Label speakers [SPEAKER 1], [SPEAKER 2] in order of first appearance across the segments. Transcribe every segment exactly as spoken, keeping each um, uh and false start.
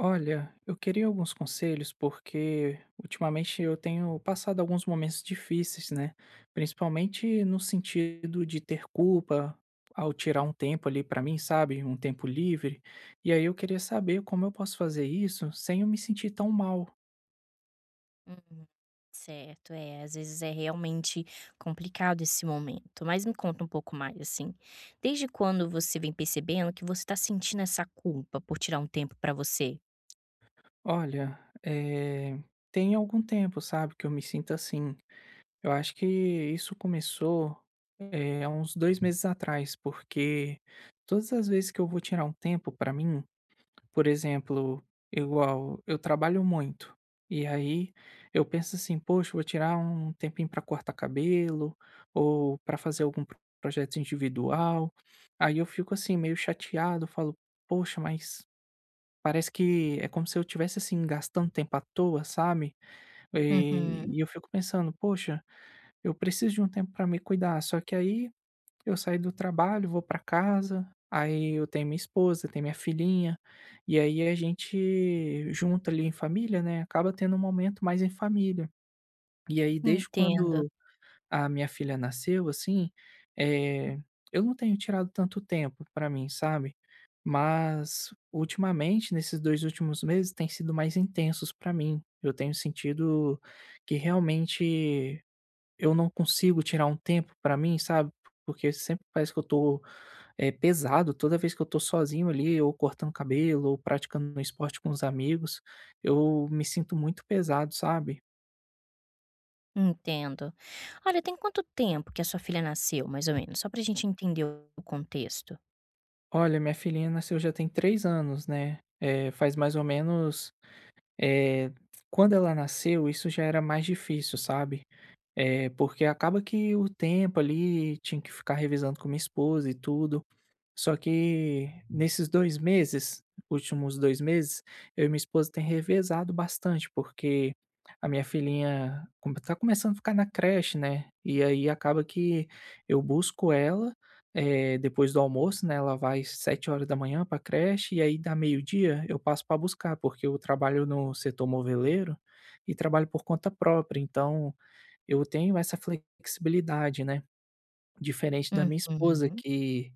[SPEAKER 1] Olha, eu queria alguns conselhos porque ultimamente eu tenho passado alguns momentos difíceis, né? Principalmente no sentido de ter culpa ao tirar um tempo ali pra mim, sabe? Um tempo livre. E aí eu queria saber como eu posso fazer isso sem eu me sentir tão mal.
[SPEAKER 2] Uhum. Certo, é, às vezes é realmente complicado esse momento. Mas me conta um pouco mais, assim, desde quando você vem percebendo que você tá sentindo essa culpa por tirar um tempo pra você?
[SPEAKER 1] Olha, eh, tem algum tempo, sabe, que eu me sinto assim. Eu acho que isso começou, eh, há uns dois meses atrás, porque todas as vezes que eu vou tirar um tempo pra mim. Por exemplo, igual eu trabalho muito, e aí eu penso assim: "Poxa, vou tirar um tempinho para cortar cabelo ou para fazer algum pro projeto individual". Aí eu fico assim meio chateado, falo: "Poxa, mas parece que é como se eu tivesse assim gastando tempo à toa", sabe? Eh,
[SPEAKER 2] Uhum,
[SPEAKER 1] e eu fico pensando: "Poxa, eu preciso de um tempo para me cuidar". Só que aí eu saio do trabalho, vou pra casa, aí eu tenho minha esposa, tenho minha filhinha, e aí a gente junta ali em família, né, acaba tendo um momento mais em família. E aí desde
[SPEAKER 2] entendo,
[SPEAKER 1] quando a minha filha nasceu, assim, eh, eu não tenho tirado tanto tempo pra mim, sabe. Mas ultimamente, nesses dois últimos meses, tem sido mais intensos pra mim. Eu tenho sentido que realmente eu não consigo tirar um tempo pra mim, sabe, porque sempre parece que eu tô é pesado. Toda vez que eu tô sozinho ali, ou cortando cabelo, ou praticando um esporte com os amigos, eu me sinto muito pesado, sabe?
[SPEAKER 2] entendo. Olha, tem quanto tempo que a sua filha nasceu, mais ou menos? Só pra gente entender o contexto.
[SPEAKER 1] Olha, minha filhinha nasceu já tem três anos, né? É faz mais ou menos, eh, quando ela nasceu, isso já era mais difícil, sabe? É porque acaba que o tempo ali tinha que ficar revisando com minha esposa e tudo. Só que nesses dois meses, últimos dois meses, eu e minha esposa tem revezado bastante, porque a minha filhinha com tá começando a ficar na creche, né, e aí acaba que eu busco ela, eh, depois do almoço, né, ela vai sete horas pra creche, e aí dá meio-dia, eu passo para buscar, porque eu trabalho no setor moveleiro e trabalho por conta própria, então eu tenho essa flexibilidade, né, diferente da minha esposa
[SPEAKER 2] Uhum,
[SPEAKER 1] que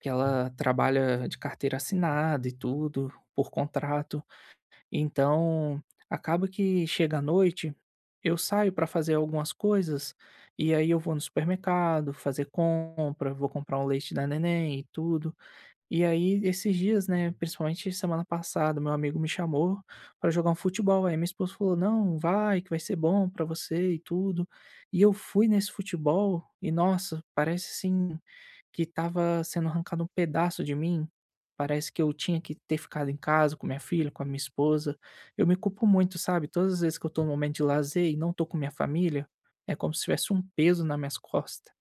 [SPEAKER 1] que ela trabalha de carteira assinada e tudo, por contrato. Então, acaba que chega à noite, eu saio para fazer algumas coisas, e aí eu vou no supermercado fazer compra, vou comprar um leite da neném e tudo. E aí esses dias, né, principalmente semana passada, meu amigo me chamou para jogar um futebol, aí minha esposa falou: "Não, vai que vai ser bom para você e tudo". E eu fui nesse futebol e nossa, parece assim que estava sendo arrancado um pedaço de mim, parece que eu tinha que ter ficado em casa com minha filha, com a minha esposa. Eu me culpo muito, sabe, todas as vezes que eu estou num momento de lazer e não estou com minha família, é como se tivesse um peso nas minhas costas.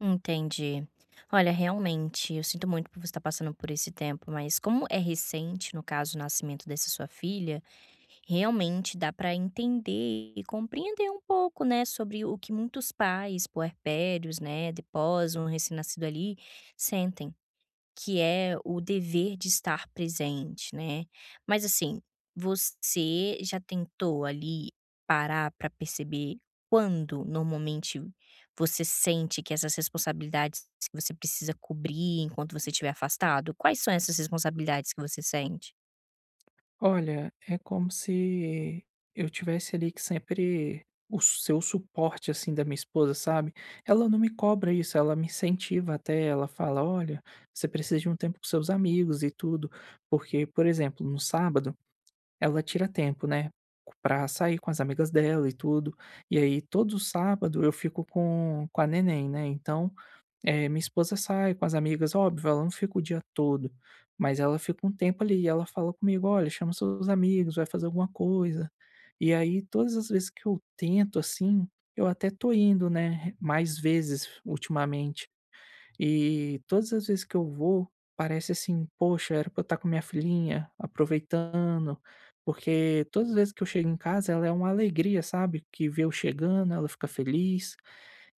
[SPEAKER 2] entendi. Olha, realmente, eu sinto muito por você estar passando por esse tempo, mas como é recente, no caso, o nascimento dessa sua filha, realmente dá para entender e compreender um pouco, né, sobre o que muitos pais puerpérios, né, depois um recém-nascido ali, sentem, que é o dever de estar presente, né. Mas assim, você já tentou ali parar para perceber quando normalmente você sente que essas responsabilidades que você precisa cobrir enquanto você estiver afastado? Quais são essas responsabilidades que você sente?
[SPEAKER 1] Olha, é como se eu tivesse ali que sempre o seu suporte assim da minha esposa, sabe? Ela não me cobra isso, ela me incentiva até, ela fala: "Olha, você precisa de um tempo com seus amigos e tudo". Porque, por exemplo, no sábado ela tira tempo, né, pra sair com as amigas dela e tudo. E aí todo sábado eu fico com com a neném, né, então, eh, minha esposa sai com as amigas, óbvio, ela não fica o dia todo, mas ela fica um tempo ali e ela fala comigo: "Olha, chama seus amigos, vai fazer alguma coisa". E aí todas as vezes que eu tento, assim, eu até tô indo, né, mais vezes ultimamente. E todas as vezes que eu vou, parece assim: "Poxa, era pra eu estar com minha filhinha, aproveitando", porque todas as vezes que eu chego em casa, ela é uma alegria, sabe, que vê eu chegando, ela fica feliz.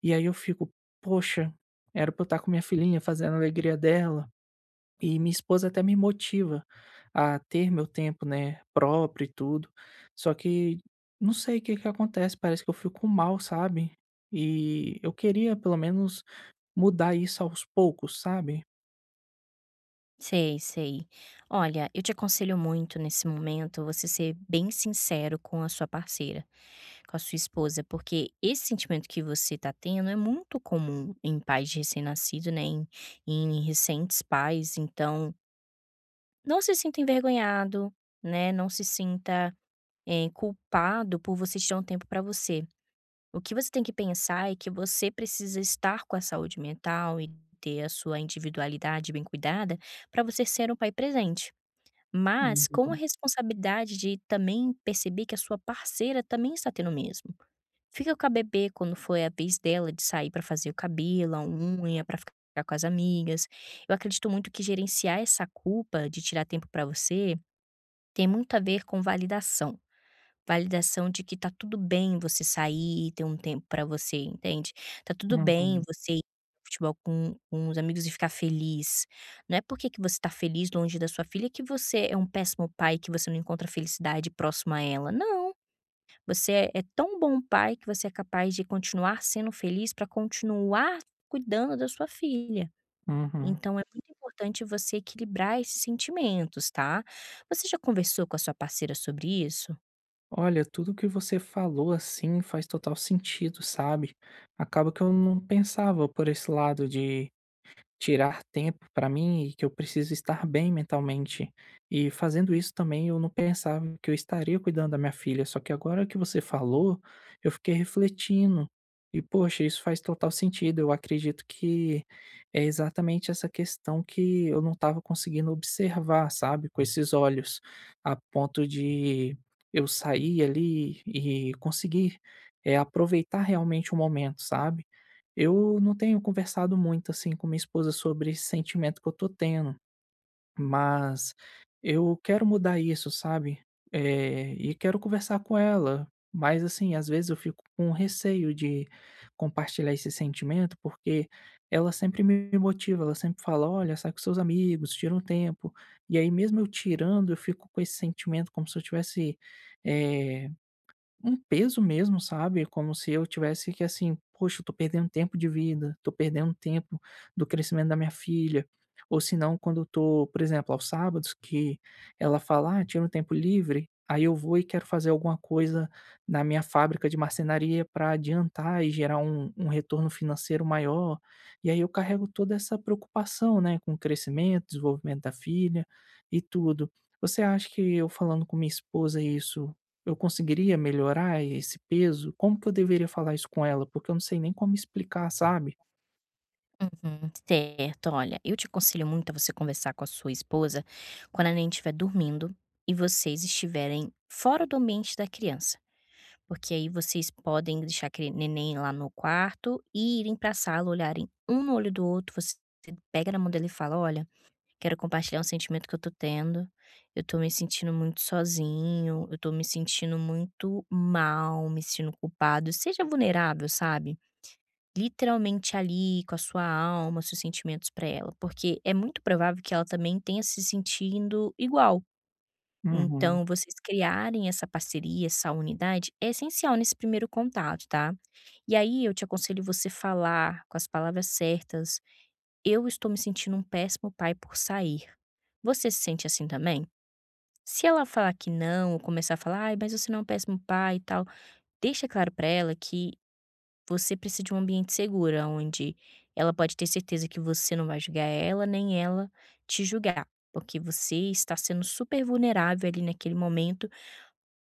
[SPEAKER 1] E aí eu fico: "Poxa, era pra eu estar com minha filhinha, fazendo a alegria dela". E minha esposa até me motiva a ter meu tempo, né, próprio e tudo. Só que não sei o que que acontece, parece que eu fico mal, sabe. E eu queria pelo menos mudar isso aos poucos, sabe?
[SPEAKER 2] Sei, sei. Olha, eu te aconselho muito nesse momento você ser bem sincero com a sua parceira, com a sua esposa, porque esse sentimento que você está tendo é muito comum em pais de recém-nascido, né? Em, em recentes pais. Então, não se sinta envergonhado, né? Não se sinta eh, culpado por você tirar um tempo para você. O que você tem que pensar é que você precisa estar com a saúde mental e ter a sua individualidade bem cuidada para você ser um pai presente. Mas com a
[SPEAKER 1] Uhum,
[SPEAKER 2] responsabilidade de também perceber que a sua parceira também está tendo o mesmo. Fica com a bebê quando foi a vez dela de sair para fazer o cabelo, a unha, para ficar com as amigas. Eu acredito muito que gerenciar essa culpa de tirar tempo para você tem muito a ver com validação. Validação de que tá tudo bem você sair e ter um tempo pra você, entende? Tá tudo bem
[SPEAKER 1] uhum,
[SPEAKER 2] você ir ao futebol com com os amigos e ficar feliz. Não é porque que você tá feliz longe da sua filha que você é um péssimo pai, que você não encontra felicidade próximo a ela. Não, você é é tão bom pai que você é capaz de continuar sendo feliz pra continuar cuidando da sua filha.
[SPEAKER 1] uhum.
[SPEAKER 2] Então é muito importante você equilibrar esses sentimentos, tá? Você já conversou com a sua parceira sobre isso?
[SPEAKER 1] Olha, tudo que você falou, assim, faz total sentido, sabe? Acaba que eu não pensava por esse lado de tirar tempo para mim e que eu preciso estar bem mentalmente. E fazendo isso também eu não pensava que eu estaria cuidando da minha filha, só que agora que você falou, eu fiquei refletindo. E poxa, isso faz total sentido. Eu acredito que é exatamente essa questão que eu não estava conseguindo observar, sabe, com esses olhos, a ponto de eu sair ali e conseguir, eh, aproveitar realmente o momento, sabe? Eu não tenho conversado muito, assim, com minha esposa sobre esse sentimento que eu tô tendo, mas eu quero mudar isso, sabe. Eh, e quero conversar com ela, mas, assim, às vezes eu fico com receio de compartilhar esse sentimento, porque ela sempre me motiva, ela sempre fala: "Olha, sai com seus amigos, tira um tempo". E aí mesmo eu tirando, eu fico com esse sentimento como se eu tivesse, eh um peso mesmo, sabe, como se eu tivesse que assim: "Poxa, eu tô perdendo tempo de vida, tô perdendo tempo do crescimento da minha filha", ou se não quando eu tô, por exemplo, aos sábados que ela fala: "Ah, tira um tempo livre", aí eu vou e quero fazer alguma coisa na minha fábrica de marcenaria para adiantar e gerar um um retorno financeiro maior, e aí eu carrego toda essa preocupação, né, com o crescimento, desenvolvimento da filha e tudo. Você acha que eu falando com minha esposa isso eu conseguiria melhorar esse peso? Como que eu deveria falar isso com ela? Porque eu não sei nem como explicar, sabe?
[SPEAKER 2] Uhum. Certo, olha, eu te aconselho muito a você conversar com a sua esposa quando a neném estiver dormindo e vocês estiverem fora do ambiente da criança. Porque aí vocês podem deixar aquele neném lá no quarto e irem pra sala, olharem um no olho do outro. Você pega na mão dele e fala: "Olha, quero compartilhar um sentimento que eu tô tendo. Eu tô me sentindo muito sozinho, eu tô me sentindo muito mal, me sentindo culpado". Seja vulnerável, sabe? Literalmente ali com a sua alma, seus sentimentos para ela, porque é muito provável que ela também tenha se sentindo igual.
[SPEAKER 1] Uhum,
[SPEAKER 2] Então vocês criarem essa parceria, essa unidade é essencial nesse primeiro contato, tá. E aí eu te aconselho você falar com as palavras certas: "Eu estou me sentindo um péssimo pai por sair. Você se sente assim também?". Se ela falar que não ou começar a falar: "Ai, mas você não é um péssimo pai e tal", deixa claro pra ela que você precisa de um ambiente seguro, onde ela pode ter certeza que você não vai julgar ela, nem ela te julgar, porque você está sendo super vulnerável ali naquele momento,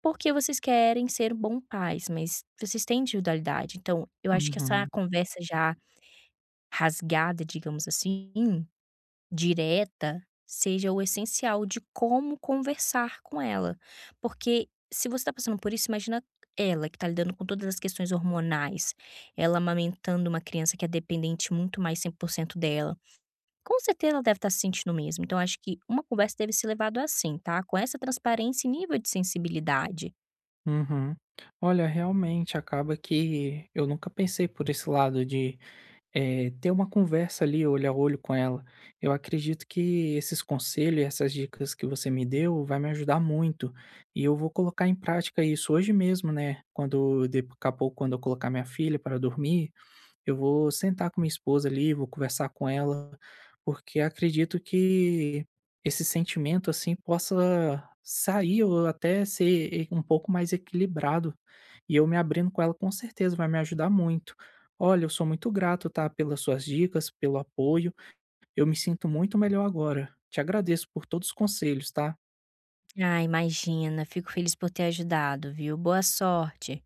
[SPEAKER 2] porque vocês querem ser bons pais, mas vocês têm individualidade. Então, eu acho que essa
[SPEAKER 1] uhum,
[SPEAKER 2] conversa já rasgada, digamos assim, direta seja o essencial de como conversar com ela. Porque se você está passando por isso, imagina ela que está lidando com todas as questões hormonais, ela amamentando uma criança que é dependente muito mais cem por cento dela. Com certeza ela deve estar se sentindo o mesmo. Então acho que uma conversa deve ser levada assim, tá? Com essa transparência e nível de sensibilidade.
[SPEAKER 1] uhum. Olha, realmente acaba que eu nunca pensei por esse lado de eh, ter uma conversa ali, olho a olho com ela. Eu acredito que esses conselhos, e essas dicas que você me deu, vai me ajudar muito. E eu vou colocar em prática isso hoje mesmo, né? Quando, daqui a pouco, quando eu colocar minha filha para dormir, eu vou sentar com minha esposa ali, vou conversar com ela, porque acredito que esse sentimento, assim, possa sair ou até ser e- um pouco mais equilibrado. E eu me abrindo com ela, com certeza, vai me ajudar muito. Olha, eu sou muito grato, tá, pelas suas dicas, pelo apoio. Eu me sinto muito melhor agora. Te agradeço por todos os conselhos, tá?
[SPEAKER 2] Ah, imagina, fico feliz por ter ajudado, viu? Boa sorte.